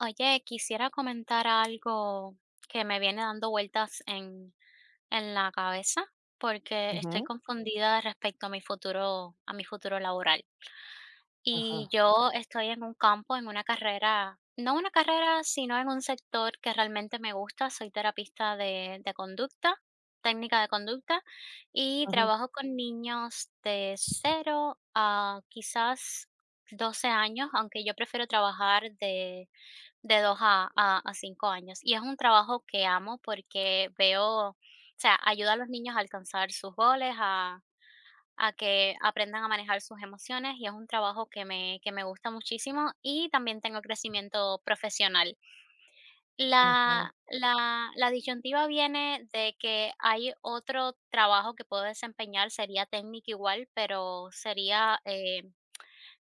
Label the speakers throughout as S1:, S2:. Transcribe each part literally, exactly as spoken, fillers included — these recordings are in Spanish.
S1: Oye, quisiera comentar algo que me viene dando vueltas en, en la cabeza porque estoy
S2: Ujú,
S1: confundida respecto a mi futuro, a mi futuro laboral. Y
S2: ajá,
S1: yo estoy en un campo, en una carrera, no una carrera, sino en un sector que realmente me gusta. Soy terapista de, de conducta, técnica de conducta, y
S2: ajá,
S1: trabajo con niños de cero a quizás doce años, aunque yo prefiero trabajar de de dos a a a cinco años, y es un trabajo que amo porque veo o sea, ayuda a los niños a alcanzar sus goles, a a que aprendan a manejar sus emociones, y es un trabajo que me que me gusta muchísimo, y también tengo crecimiento profesional.
S2: ujú,
S1: La la la disyuntiva viene de que hay otro trabajo que puedo desempeñar, sería técnico igual, pero sería, eh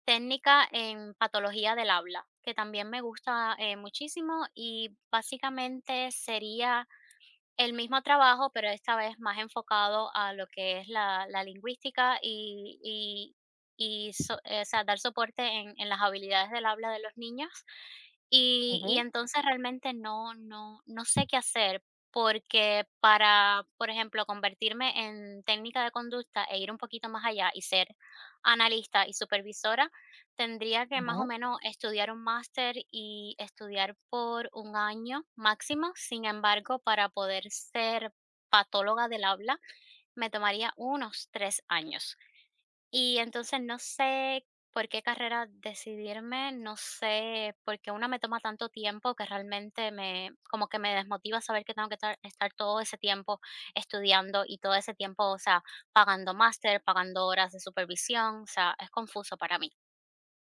S1: técnica en patología del habla, que también me gusta, eh, muchísimo, y básicamente sería el mismo trabajo, pero esta vez más enfocado a lo que es la la lingüística y y y so eh, o sea, dar soporte en en las habilidades del habla de los niños. Y y
S2: ujú,
S1: entonces realmente no no no sé qué hacer, porque para, por ejemplo, convertirme en técnica de conducta e ir un poquito más allá y ser analista y supervisora, tendría que más o
S2: ujú,
S1: menos estudiar un máster y estudiar por un año máximo. Sin embargo, para poder ser patóloga del habla me tomaría unos tres años. Y entonces no sé por qué carrera decidirme, no sé por qué una me toma tanto tiempo que realmente me como que me desmotiva saber que tengo que tar estar todo ese tiempo estudiando y todo ese tiempo, o sea, pagando máster, pagando horas de supervisión. O sea, es confuso para mí.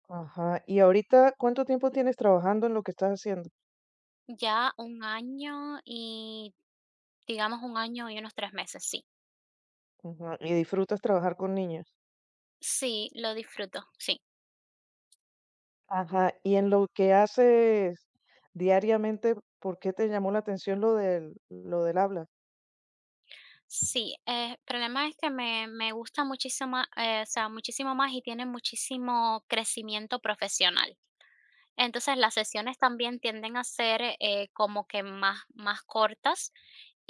S2: ajá. Y ahorita, ¿cuánto tiempo tienes trabajando en lo que estás haciendo?
S1: Ya un año y digamos un año y unos tres meses, sí.
S2: Ujú, y disfrutas trabajar con niños.
S1: Sí, lo disfruto, sí.
S2: Ajá, y en lo que haces diariamente, ¿por qué te llamó la atención lo del lo del habla?
S1: Sí, eh, el problema es que me, me gusta muchísimo, eh, o sea, muchísimo más y tiene muchísimo crecimiento profesional. Entonces, las sesiones también tienden a ser, eh, como que más más cortas.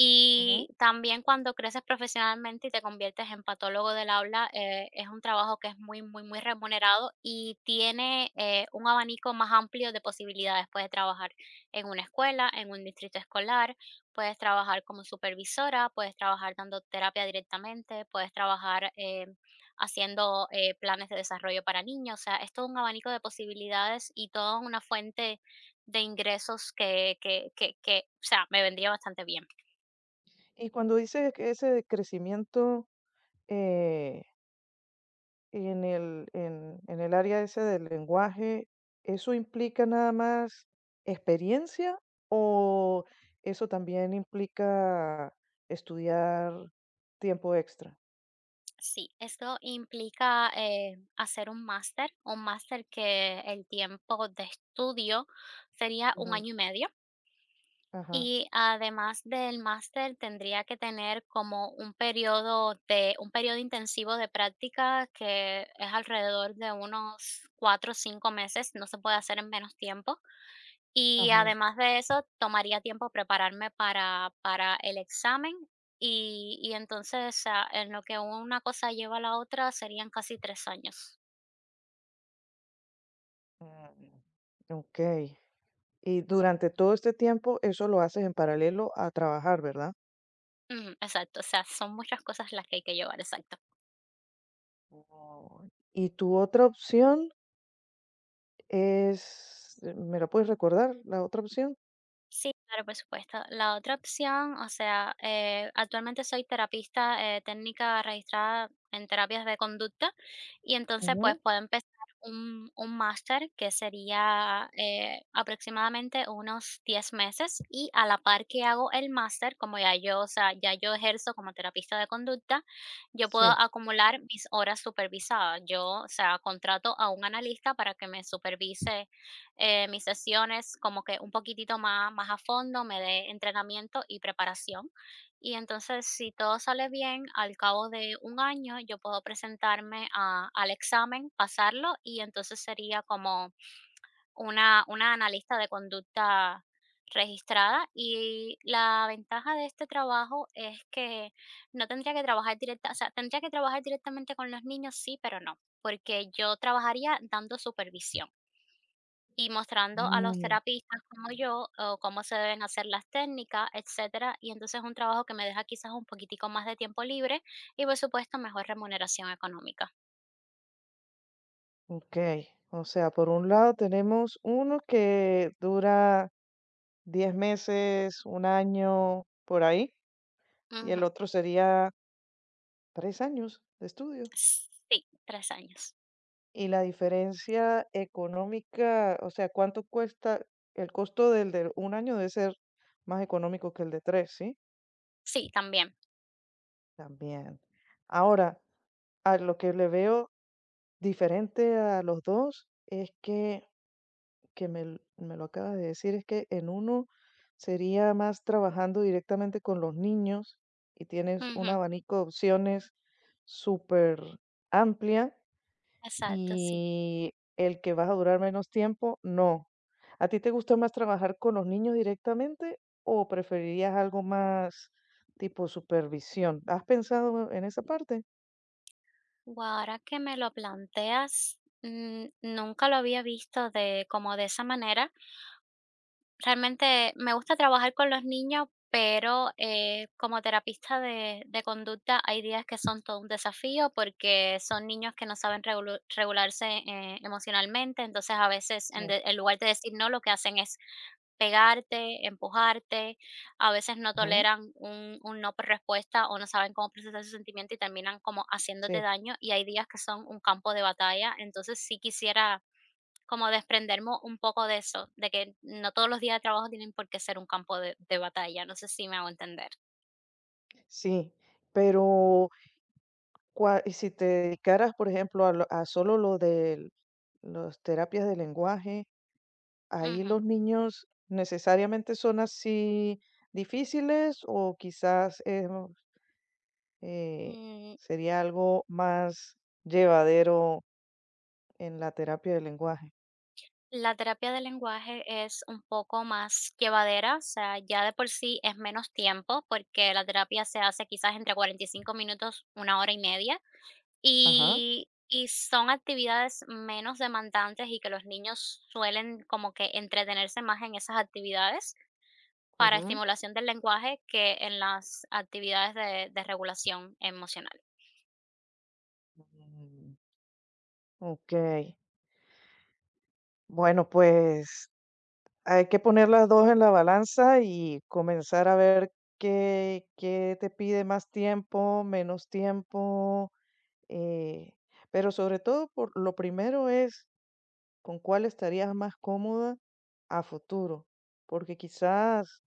S1: Y
S2: Ujú.
S1: también cuando creces profesionalmente y te conviertes en patólogo del aula, eh, es un trabajo que es muy, muy, muy remunerado y tiene, eh, un abanico más amplio de posibilidades. Puedes trabajar en una escuela, en un distrito escolar, puedes trabajar como supervisora, puedes trabajar dando terapia directamente, puedes trabajar, eh, haciendo eh, planes de desarrollo para niños. O sea, es todo un abanico de posibilidades y toda una fuente de ingresos que, que, que, que, o sea, me vendría bastante bien.
S2: Y cuando dices que ese de crecimiento, eh en el, en, en el área ese del lenguaje, ¿eso implica nada más experiencia o eso también implica estudiar tiempo extra?
S1: Sí, esto implica eh, hacer un máster, un máster que el tiempo de estudio sería un
S2: Ujú.
S1: año y medio.
S2: Ajá,
S1: Y además del máster, tendría que tener como un periodo de un periodo intensivo de práctica que es alrededor de unos cuatro o cinco meses. No se puede hacer en menos tiempo. Y
S2: ajá.
S1: además de eso, tomaría tiempo prepararme para para el examen y y entonces, o sea, en lo que una cosa lleva a la otra serían casi tres años.
S2: Mm, ok. Y durante todo este tiempo eso lo haces en paralelo a trabajar, ¿verdad?
S1: Ujú, exacto, o sea, son muchas cosas las que hay que llevar, exacto.
S2: Oh, y tu otra opción es, ¿me la puedes recordar? La otra opción.
S1: Sí, claro, por supuesto. La otra opción, o sea, eh, actualmente soy terapista eh, técnica registrada en terapias de conducta y entonces pues
S2: Ujú,
S1: puedo empezar un, un máster que sería eh, aproximadamente unos diez meses, y a la par que hago el máster, como ya yo, o sea, ya yo ejerzo como terapista de conducta, yo puedo
S2: sí.
S1: acumular mis horas supervisadas. Yo, o sea, contrato a un analista para que me supervise eh, mis sesiones como que un poquitito más, más a fondo, me dé entrenamiento y preparación. Y entonces, si todo sale bien, al cabo de un año yo puedo presentarme a- al examen, pasarlo, y entonces sería como una, una analista de conducta registrada. Y la ventaja de este trabajo es que no tendría que trabajar directa, o sea, tendría que trabajar directamente con los niños, sí, pero no, porque yo trabajaría dando supervisión y mostrando a los terapistas como yo, o cómo se deben hacer las técnicas, etcétera. Y entonces es un trabajo que me deja quizás un poquitico más de tiempo libre y, por supuesto, mejor remuneración económica.
S2: Ok, o sea, por un lado tenemos uno que dura diez meses, un año, por ahí, y el
S1: Ujú.
S2: otro sería tres años de estudio.
S1: Sí, tres años.
S2: Y la diferencia económica, o sea, ¿cuánto cuesta? El costo del de un año debe ser más económico que el de tres, ¿sí?
S1: Sí, también.
S2: También. Ahora, a lo que le veo diferente a los dos es que que me, l- me lo acabas de decir es que en uno sería más trabajando directamente con los niños y tienes un
S1: Ujú.
S2: abanico de opciones súper amplia
S1: Exacto, sí.
S2: y el que vas a durar menos tiempo, no. ¿A ti te gusta más trabajar con los niños directamente o preferirías algo más tipo supervisión? ¿Has pensado en esa parte?
S1: Guau, ahora que me lo planteas, mm, nunca lo había visto de como de esa manera. Realmente me gusta trabajar con los niños, pero, eh, como terapista de de conducta, hay días que son todo un desafío, porque son niños que no saben regulu regularse, eh, emocionalmente. Entonces, a veces, en
S2: Sí.
S1: de en lugar de decir no, lo que hacen es pegarte, empujarte. A veces no
S2: Ujú,
S1: toleran un un no por respuesta, o no saben cómo procesar su sentimiento, y terminan como haciéndote
S2: sí,
S1: daño, y hay días que son un campo de batalla. Entonces, sí quisiera como desprenderme un poco de eso, de que no todos los días de trabajo tienen por qué ser un campo de, de batalla, no sé si me hago entender.
S2: sí, pero cua- y si te dedicaras, por ejemplo, a, lo- a solo lo de las terapias de lenguaje, ahí
S1: Ujú.
S2: los niños necesariamente son así difíciles o quizás es, eh,
S1: Mm,
S2: sería algo más llevadero en la terapia de lenguaje.
S1: La terapia de lenguaje es un poco más llevadera, o sea, ya de por sí es menos tiempo, porque la terapia se hace quizás entre cuarenta y cinco minutos, una hora y media,
S2: Ajá.
S1: y, y son actividades menos demandantes y que los niños suelen como que entretenerse más en esas actividades, para
S2: Ujú.
S1: estimulación del lenguaje que en las actividades de de regulación emocional.
S2: Mm, ok. Bueno, pues hay que poner las dos en la balanza y comenzar a ver qué qué te pide más tiempo, menos tiempo, eh, pero sobre todo por lo primero es con cuál estarías más cómoda a futuro, porque quizás,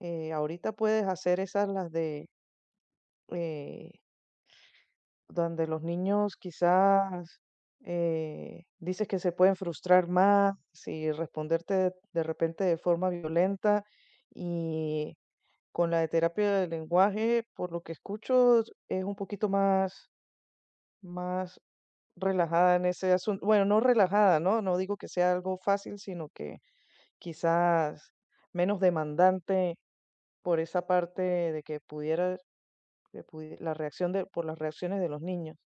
S2: eh, ahorita puedes hacer esas las de, eh, donde los niños quizás, eh, dices que se pueden frustrar más y responderte de de repente de forma violenta y con la de terapia del lenguaje, por lo que escucho, es un poquito más, más relajada en ese asunto. Bueno, no relajada, ¿no? No digo que sea algo fácil, sino que quizás menos demandante por esa parte de que pudiera, que pudi- la reacción de, por las reacciones de los niños.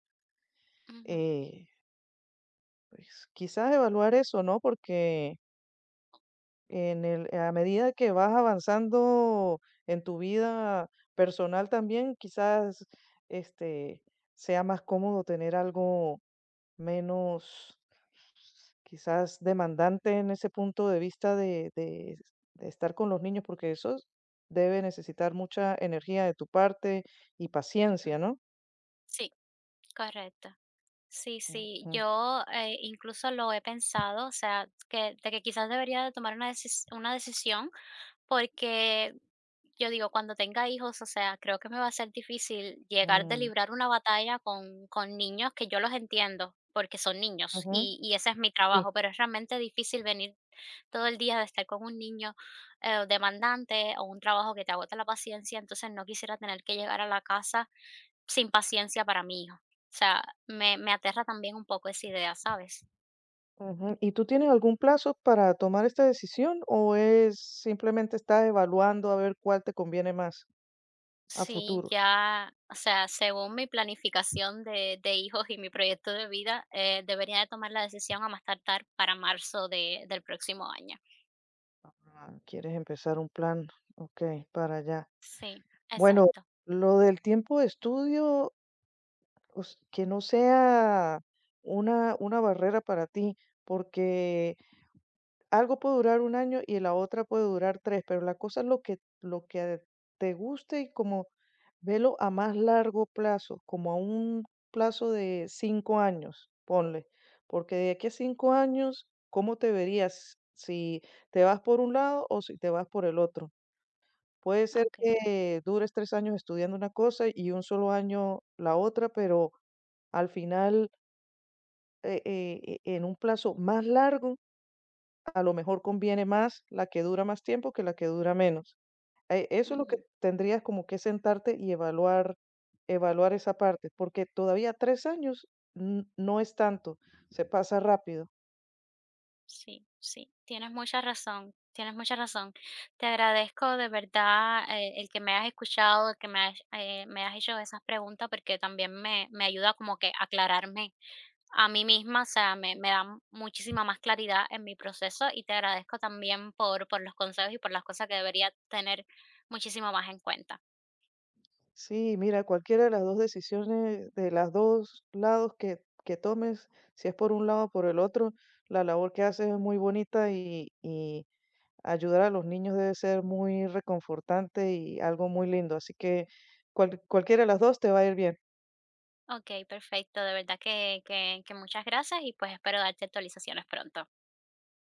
S1: Ujú,
S2: Eh, pues quizás evaluar eso, ¿no? Porque En el, a medida que vas avanzando en tu vida personal también, quizás este sea más cómodo tener algo menos, quizás demandante en ese punto de vista de, de- de estar con los niños, porque eso debe necesitar mucha energía de tu parte y paciencia,
S1: ujú.
S2: ¿no?
S1: Sí, correcto. Sí, sí,
S2: Ujú,
S1: yo, eh, incluso lo he pensado, o sea, que de que quizás debería de tomar una decis una decisión. Porque yo digo, cuando tenga hijos, o sea, creo que me va a ser difícil llegar de
S2: mm.
S1: librar una batalla con, con niños que yo los entiendo, porque son niños,
S2: Ujú,
S1: y, y ese es mi
S2: sí.
S1: trabajo, pero es realmente difícil venir todo el día de estar con un niño eh, demandante o un trabajo que te agota la paciencia, entonces no quisiera tener que llegar a la casa sin paciencia para mi hijo. O sea, me, me aterra también un poco esa idea, ¿sabes?
S2: Ujú. ¿Y tú tienes algún plazo para tomar esta decisión o es simplemente estás evaluando a ver cuál te conviene más a
S1: Sí,
S2: futuro?
S1: ya, o sea, según mi planificación de, de hijos y mi proyecto de vida, eh, debería de tomar la decisión a más tardar para marzo de, del próximo año.
S2: Ah, quieres empezar un plan, ok, para allá.
S1: Sí,
S2: Bueno,
S1: exacto.
S2: lo del tiempo de estudio, pues, que no sea una, una barrera para ti, porque algo puede durar un año y la otra puede durar tres, pero la cosa es lo que, lo que te guste y como velo a más largo plazo, como a un plazo de cinco años, ponle, porque de aquí a cinco años, ¿cómo te verías? Si te vas por un lado o si te vas por el otro. Puede ser
S1: Ok.
S2: que dures tres años estudiando una cosa y un solo año la otra, pero al final, eh, eh, eh, en un plazo más largo, a lo mejor conviene más la que dura más tiempo que la que dura menos. Eh, eso es lo que
S1: Ujú.
S2: tendrías como que sentarte y evaluar, evaluar esa parte, porque todavía tres años n no es tanto, se pasa rápido.
S1: Sí, sí, tienes mucha razón, tienes mucha razón. Te agradezco de verdad eh, el que me hayas escuchado, el que me has, eh, me has hecho esas preguntas, porque también me, me ayuda como que a aclararme a mí misma, o sea, me, me da mu- muchísima más claridad en mi proceso, y te agradezco también por, por los consejos y por las cosas que debería tener muchísimo más en cuenta.
S2: Sí, mira, cualquiera de las dos decisiones, de las dos lados que que tomes, si es por un lado o por el otro, la labor que haces es muy bonita y y ayudar a los niños debe ser muy reconfortante y algo muy lindo. Así que cual cualquiera de las dos te va a ir bien.
S1: Okey, perfecto. De verdad que que que muchas gracias y, pues, espero darte actualizaciones pronto.